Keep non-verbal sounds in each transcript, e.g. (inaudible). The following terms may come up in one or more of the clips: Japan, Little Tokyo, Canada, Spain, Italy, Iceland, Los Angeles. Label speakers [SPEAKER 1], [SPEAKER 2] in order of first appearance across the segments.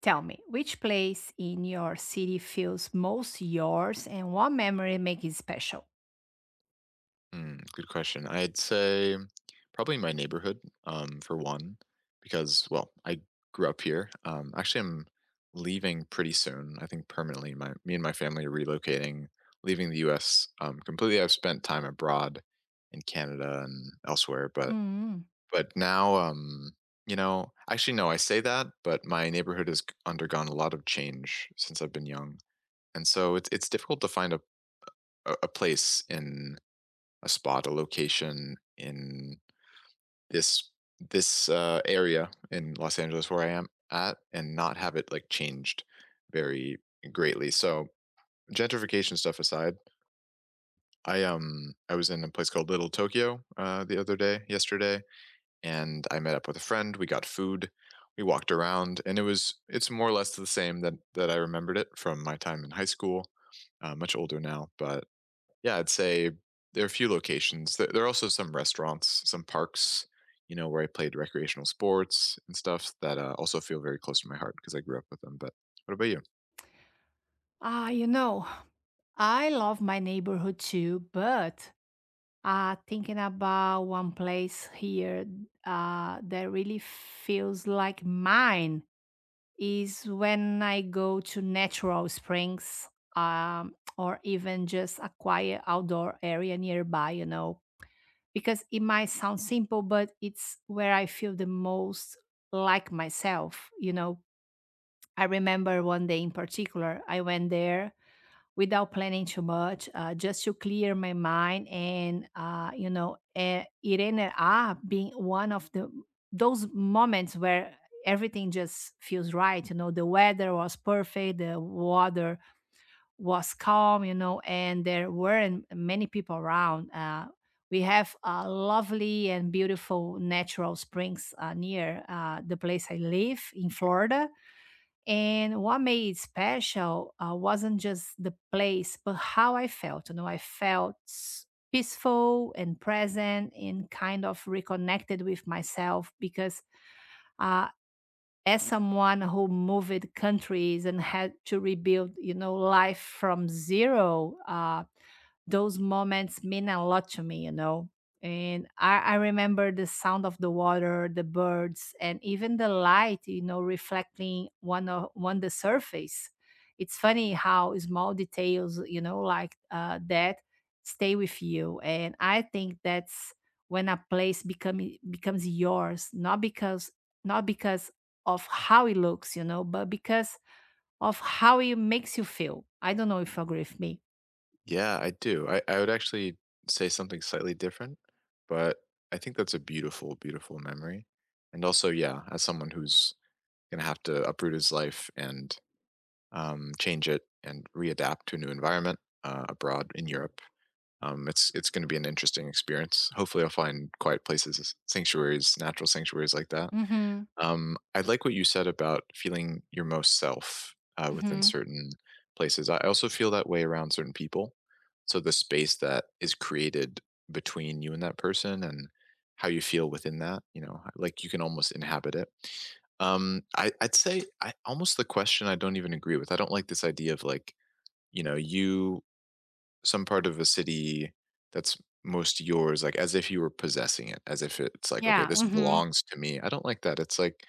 [SPEAKER 1] Tell me, which place in your city feels most yours and what memory makes it special?
[SPEAKER 2] Good question. I'd say probably my neighborhood, for one, because, I grew up here. Actually, I'm leaving pretty soon. I think permanently. My me and my family are relocating, leaving the U.S. Completely. I've spent time abroad in Canada and elsewhere,
[SPEAKER 1] Mm.
[SPEAKER 2] but now, you know, actually, no, I say that, but my neighborhood has undergone a lot of change since I've been young, and so it's difficult to find a place in a spot, a location in this this area in Los Angeles where I am at, and not have it like changed very greatly. So gentrification stuff aside, I was in a place called Little Tokyo the other day, yesterday, and I met up with a friend. We got food. We walked around, and it's more or less the same that I remembered it from my time in high school. Much older now, but yeah, I'd say there are a few locations. There are also some restaurants, some parks, you know, where I played recreational sports and stuff that also feel very close to my heart because I grew up with them. But what about you?
[SPEAKER 1] Ah, you know, I love my neighborhood too, but thinking about one place here that really feels like mine is when I go to natural springs or even just a quiet outdoor area nearby, you know. Because it might sound simple, but it's where I feel the most like myself. You know, I remember one day in particular, I went there without planning too much, just to clear my mind. And, it ended up being one of the those moments where everything just feels right. You know, the weather was perfect, the water was calm, you know, and there weren't many people around. We have lovely and beautiful natural springs near the place I live in Florida. And what made it special wasn't just the place, but how I felt. You know, I felt peaceful and present and kind of reconnected with myself because. Uh, as someone who moved countries and had to rebuild, you know, life from zero, those moments mean a lot to me, you know. And I remember the sound of the water, the birds, and even the light, you know, reflecting one of on the surface. It's funny how small details, you know, like that stay with you. And I think that's when becomes yours, not because of how it looks, you know, but because of how it makes you feel. I don't know if you agree with me.
[SPEAKER 2] Yeah, I do. I would actually say something slightly different, but I think that's a beautiful, beautiful memory. And also, yeah, as someone who's going to have to uproot his life and change it and readapt to a new environment abroad in Europe. It's going to be an interesting experience. Hopefully, I'll find quiet places, sanctuaries, natural sanctuaries like that.
[SPEAKER 1] Mm-hmm.
[SPEAKER 2] I like what you said about feeling your most self within
[SPEAKER 1] Mm-hmm.
[SPEAKER 2] certain places. I also feel that way around certain people. So the space that is created between you and that person, and how you feel within that, you know, like you can almost inhabit it. I'd say I almost the question I don't even agree with. I don't like this idea of like, you know, you some part of a city that's most yours, like, as if you were possessing it, as if it's like, "Okay,
[SPEAKER 1] Yeah.
[SPEAKER 2] this
[SPEAKER 1] Mm-hmm.
[SPEAKER 2] belongs to me." I don't like that. It's like,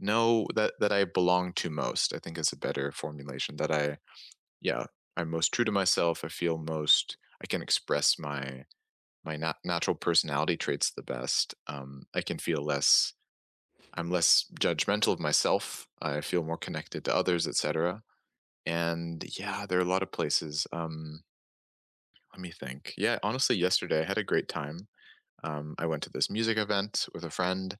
[SPEAKER 2] "No, that I belong to most," I think is a better formulation that yeah, I'm most true to myself, I feel most I can express my my natural personality traits the best, I can feel less I'm less judgmental of myself, I feel more connected to others, etcetera, and yeah, there are a lot of places. Let me think. Yeah, honestly, yesterday I had a great time. I went to this music event with a friend,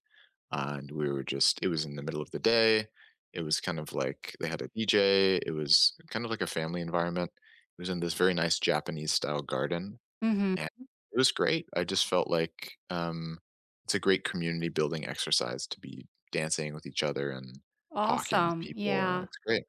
[SPEAKER 2] and it was in the middle of the day. It was kind of like they had a DJ. It was kind of like a family environment. It was in this very nice Japanese style garden,
[SPEAKER 1] Mm-hmm.
[SPEAKER 2] and it was great. I just felt like it's a great community building exercise to be dancing with each other and talking with
[SPEAKER 1] Awesome.
[SPEAKER 2] people.
[SPEAKER 1] Yeah.
[SPEAKER 2] It's great.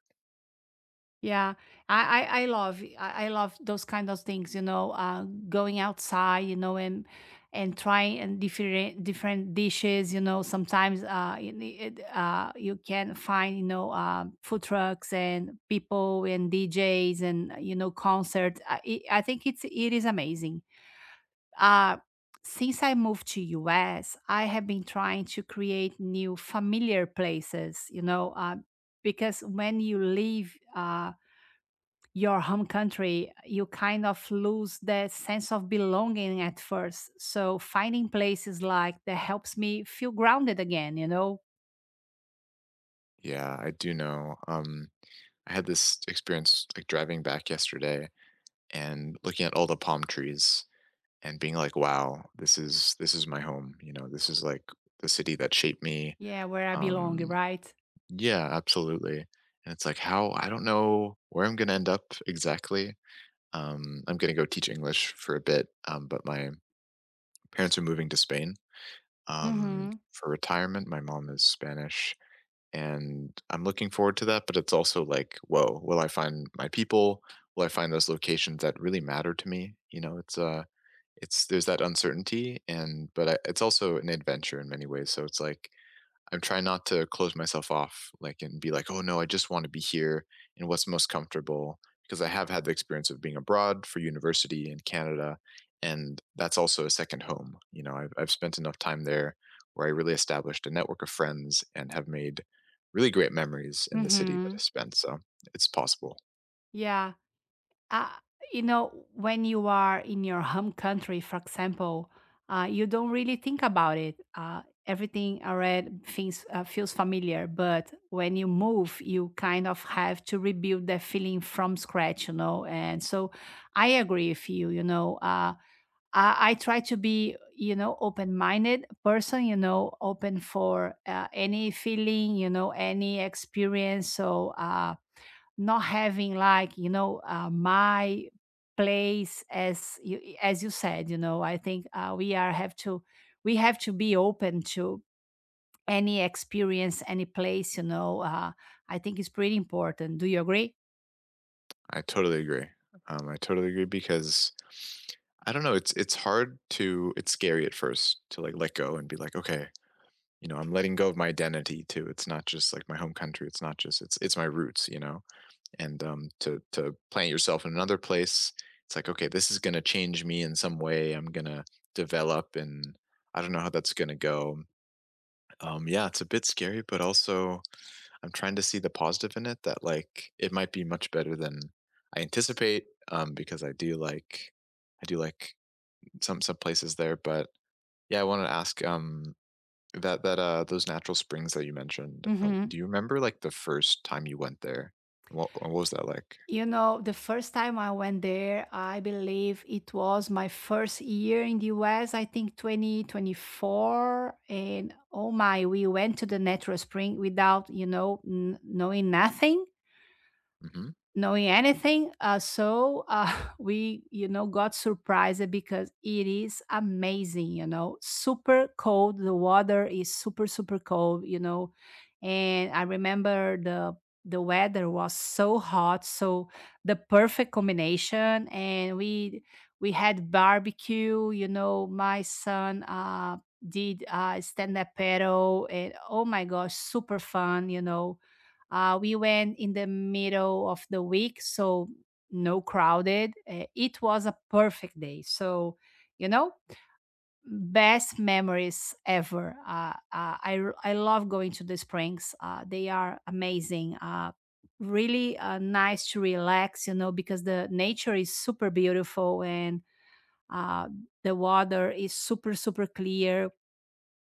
[SPEAKER 1] Yeah. I love those kind of things, you know, going outside, you know, and trying and different dishes, you know. Sometimes you can find, you know, food trucks and people and DJs and you know concerts. I think it is amazing. uh, since I moved to US, I have been trying to create new familiar places, you know, because when you leave your home country, you kind of lose that sense of belonging at first. So finding places like that helps me feel grounded again, you know?
[SPEAKER 2] Yeah, I do know. I had this experience like driving back yesterday and looking at all the palm trees and being like, wow, this is my home, you know, this is like the city that shaped me.
[SPEAKER 1] Yeah, where I belong,
[SPEAKER 2] um
[SPEAKER 1] right?
[SPEAKER 2] yeah, absolutely. And it's like, how, I don't know where I'm going to end up exactly. I'm going to go teach English for a bit. But my parents are moving to Spain
[SPEAKER 1] Mm-hmm.
[SPEAKER 2] for retirement. My mom is Spanish, and I'm looking forward to that, but it's also like, whoa, will I find my people, will I find those locations that really matter to me, you know? It's there's that uncertainty and but I it's also an adventure in many ways, so it's like, I'm trying not to close myself off, like, and be like, "Oh, no, I just wanna be here in what's most comfortable," because I have had the experience of being abroad for university in Canada, and that's also a second home, you know, I've spent enough time there where I really established a network of friends and have made really great memories in the city that I
[SPEAKER 1] Mm-hmm.
[SPEAKER 2] spent, so it's possible.
[SPEAKER 1] Yeah. Uh, you know, when you are in your home country, for example, you don't really think about it. Everything I read things, feels familiar, but when you move, you kind of have to rebuild that feeling from scratch, you know. And so I agree with you, you know. I try to be, you know, open-minded person, you know, open for any feeling, you know, any experience. So, not having like you know my place as you said you know I think we have to be open to any experience any place you know I think it's pretty important do you agree.
[SPEAKER 2] I totally agree. I totally agree because I don't know. It's hard to. It's scary at first to like let go and be like, okay, you know, I'm letting go of my identity too. It's not just like my home country. It's not just it's my roots, you know. And to plant yourself in another place, it's like, okay, this is gonna change me in some way. I'm gonna develop, and I don't know how that's gonna go. Yeah, it's a bit scary, but also I'm trying to see the positive in it that like it might be much better than I anticipate, because I do like some places there. But yeah, I wanted to ask that that those natural springs that you mentioned.
[SPEAKER 1] Hmm.
[SPEAKER 2] Do you remember like the first time you went there? What was that like?
[SPEAKER 1] You know, the first time I went there I believe it was my first year in the us I think 2024 and oh my, we went to the natural spring without you know knowing nothing
[SPEAKER 2] hmm
[SPEAKER 1] knowing anything. (laughs) We, you know, got surprised because it is amazing, you know, super cold. The water is super, super cold, you know. And I remember the weather was so hot, so the perfect combination. And we had barbecue, you know, my son did stand up paddle and oh my gosh, super fun, you know. We went in the middle of the week, so no crowded. It was a perfect day. So, you know, best memories ever. I love going to the springs. They are amazing. Really nice to relax, you know, because the nature is super beautiful and uh, the water is super super clear,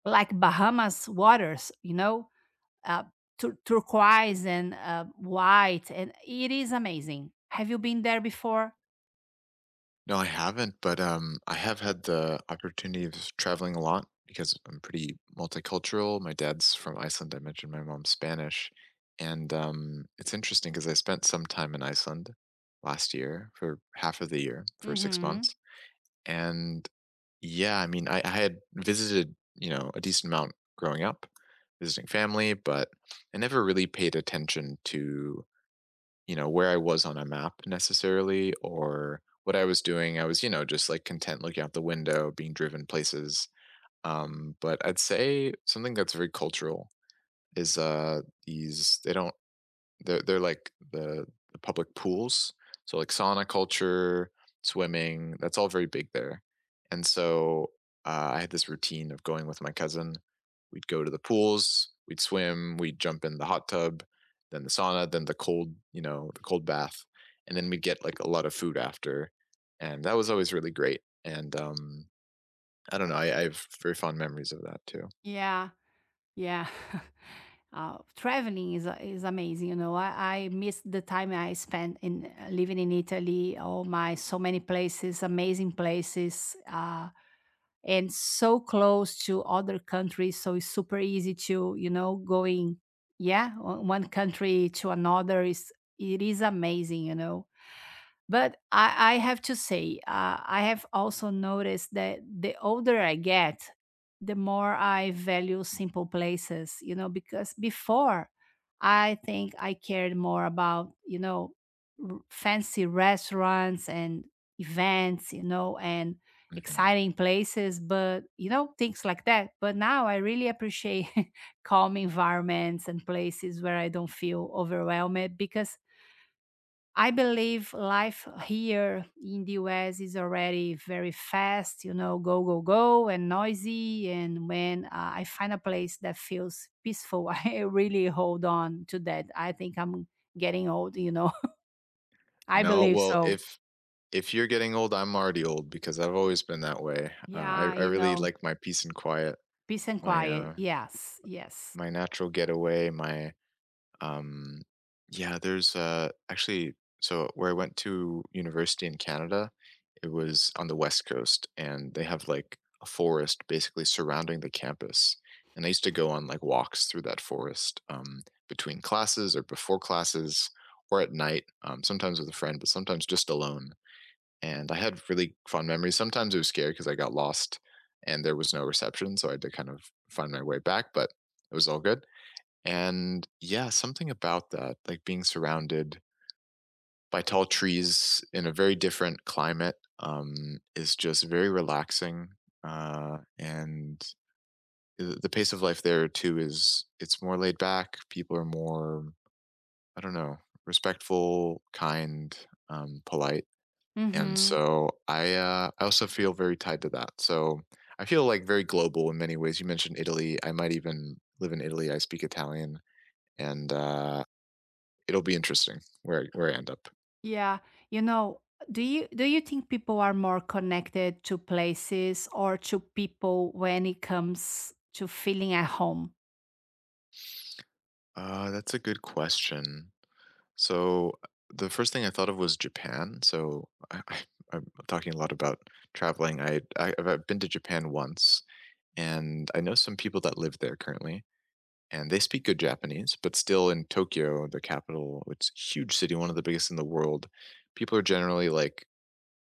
[SPEAKER 1] like Bahamas waters, you know. uh, Turquoise and white, and it is amazing. Have you been there before?
[SPEAKER 2] No, I haven't, but, I have had the opportunity of traveling a lot because I'm pretty multicultural. My dad's from Iceland, I mentioned my mom's Spanish, and, it's interesting because I spent some time in Iceland last year for half of the year, for 6
[SPEAKER 1] Mhm.
[SPEAKER 2] months, and, yeah, I mean, I had visited, you know, a decent amount growing up, visiting family, but I never really paid attention to, you know, where I was on a map necessarily or what I was doing. I was, you know, just like content looking out the window, being driven places. But I'd say something that's very cultural is these they don't they're like the public pools. So like sauna culture, swimming, that's all very big there. And so I had this routine of going with my cousin. We'd go to the pools, we'd swim, we'd jump in the hot tub, then the sauna, then the cold, you know, the cold bath, and then we'd get like a lot of food after, and that was always really great. And I don't know, I have very fond memories of that too.
[SPEAKER 1] Yeah. Yeah. (laughs) Traveling is amazing. You know, I miss the time I spent in living in Italy. Oh my, so many places, amazing places, and so close to other countries. So it's super easy to you know going, yeah, one country to another is it is amazing. You know. But I have to say, I have also noticed that the older I get, the more I value simple places, you know, because before I think I cared more about, you know, fancy restaurants and events, you know, and
[SPEAKER 2] Mhm.
[SPEAKER 1] exciting places, but, you know, things like that. But now I really appreciate (laughs) calm environments and places where I don't feel overwhelmed because I believe life here in the US is already very fast, you know, go, go, go, and noisy. And when I find a place that feels peaceful, (laughs) I really hold on to that. I think I'm getting old, you know. (laughs) I
[SPEAKER 2] No,
[SPEAKER 1] believe
[SPEAKER 2] well,
[SPEAKER 1] so.
[SPEAKER 2] if you're getting old, I'm already old because I've always been that way.
[SPEAKER 1] Yeah,
[SPEAKER 2] I
[SPEAKER 1] you
[SPEAKER 2] really
[SPEAKER 1] know,
[SPEAKER 2] like my peace and quiet,
[SPEAKER 1] peace and
[SPEAKER 2] my
[SPEAKER 1] quiet. Yes, yes.
[SPEAKER 2] my natural getaway, my um yeah, there's actually so where I went to university in Canada, it was on the west coast and they have like a forest basically surrounding the campus. And I used to go on like walks through that forest between classes or before classes or at night, sometimes with a friend, but sometimes just alone, and I had really fun memories. Sometimes it was scary because I got lost and there was no reception, so I had to kind of find my way back, but it was all good. And yeah, something about that, like being surrounded by tall trees in a very different climate, is just very relaxing. And The pace of life there too is it's more laid back. People are more, I don't know, respectful, kind, polite, and
[SPEAKER 1] Mm-hmm.
[SPEAKER 2] so I also feel very tied to that. So I feel like very global in many ways. You mentioned Italy. I might even live in Italy. I speak Italian, and it'll be interesting where I end up.
[SPEAKER 1] Yeah, you know, do you think people are more connected to places or to people when it comes to feeling at home?
[SPEAKER 2] That's a good question. So the first thing I thought of was Japan. So I'm talking a lot about traveling. I've been to Japan once, and I know some people that live there currently. And they speak good Japanese, but still in Tokyo, the capital, it's a huge city, one of the biggest in the world. People are generally like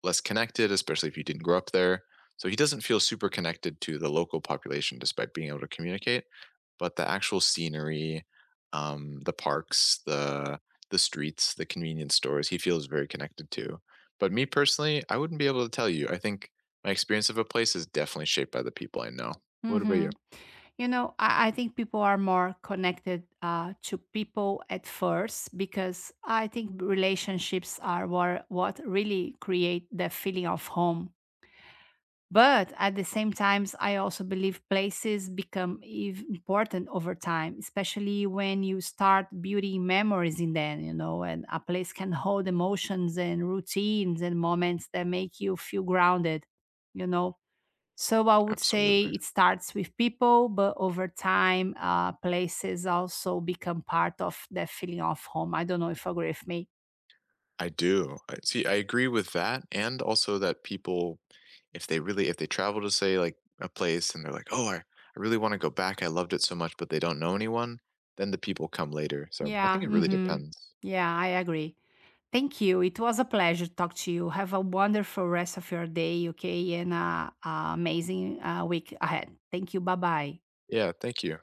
[SPEAKER 2] less connected, especially if you didn't grow up there. So he doesn't feel super connected to the local population despite being able to communicate. But the actual scenery, the parks, the streets, the convenience stores, he feels very connected to. But me personally, I wouldn't be able to tell you. I think my experience of a place is definitely shaped by the people I know. What about you?
[SPEAKER 1] Mm-hmm. You know, I think people are more connected to people at first because I think relationships are what really create the feeling of home. But at the same times, I also believe places become important over time, especially when you start building memories in them, you know, and a place can hold emotions and routines and moments that make you feel grounded, you know, so I would say
[SPEAKER 2] Absolutely.
[SPEAKER 1] it starts with people, but over time, places also become part of that feeling of home. I don't know if you agree with me.
[SPEAKER 2] I do. I see, I agree with that, and also that people, if they travel to, say, like, a place and they're like, "Oh, I really wanna go back, I loved it so much," but they don't know anyone, then the people come later, so I
[SPEAKER 1] Yeah.
[SPEAKER 2] think it really
[SPEAKER 1] Hmm.
[SPEAKER 2] depends.
[SPEAKER 1] Yeah, I agree. Thank you. It was a pleasure to talk to you. Have a wonderful rest of your day, okay? And amazing week ahead. Thank you. Bye bye.
[SPEAKER 2] Yeah, thank you.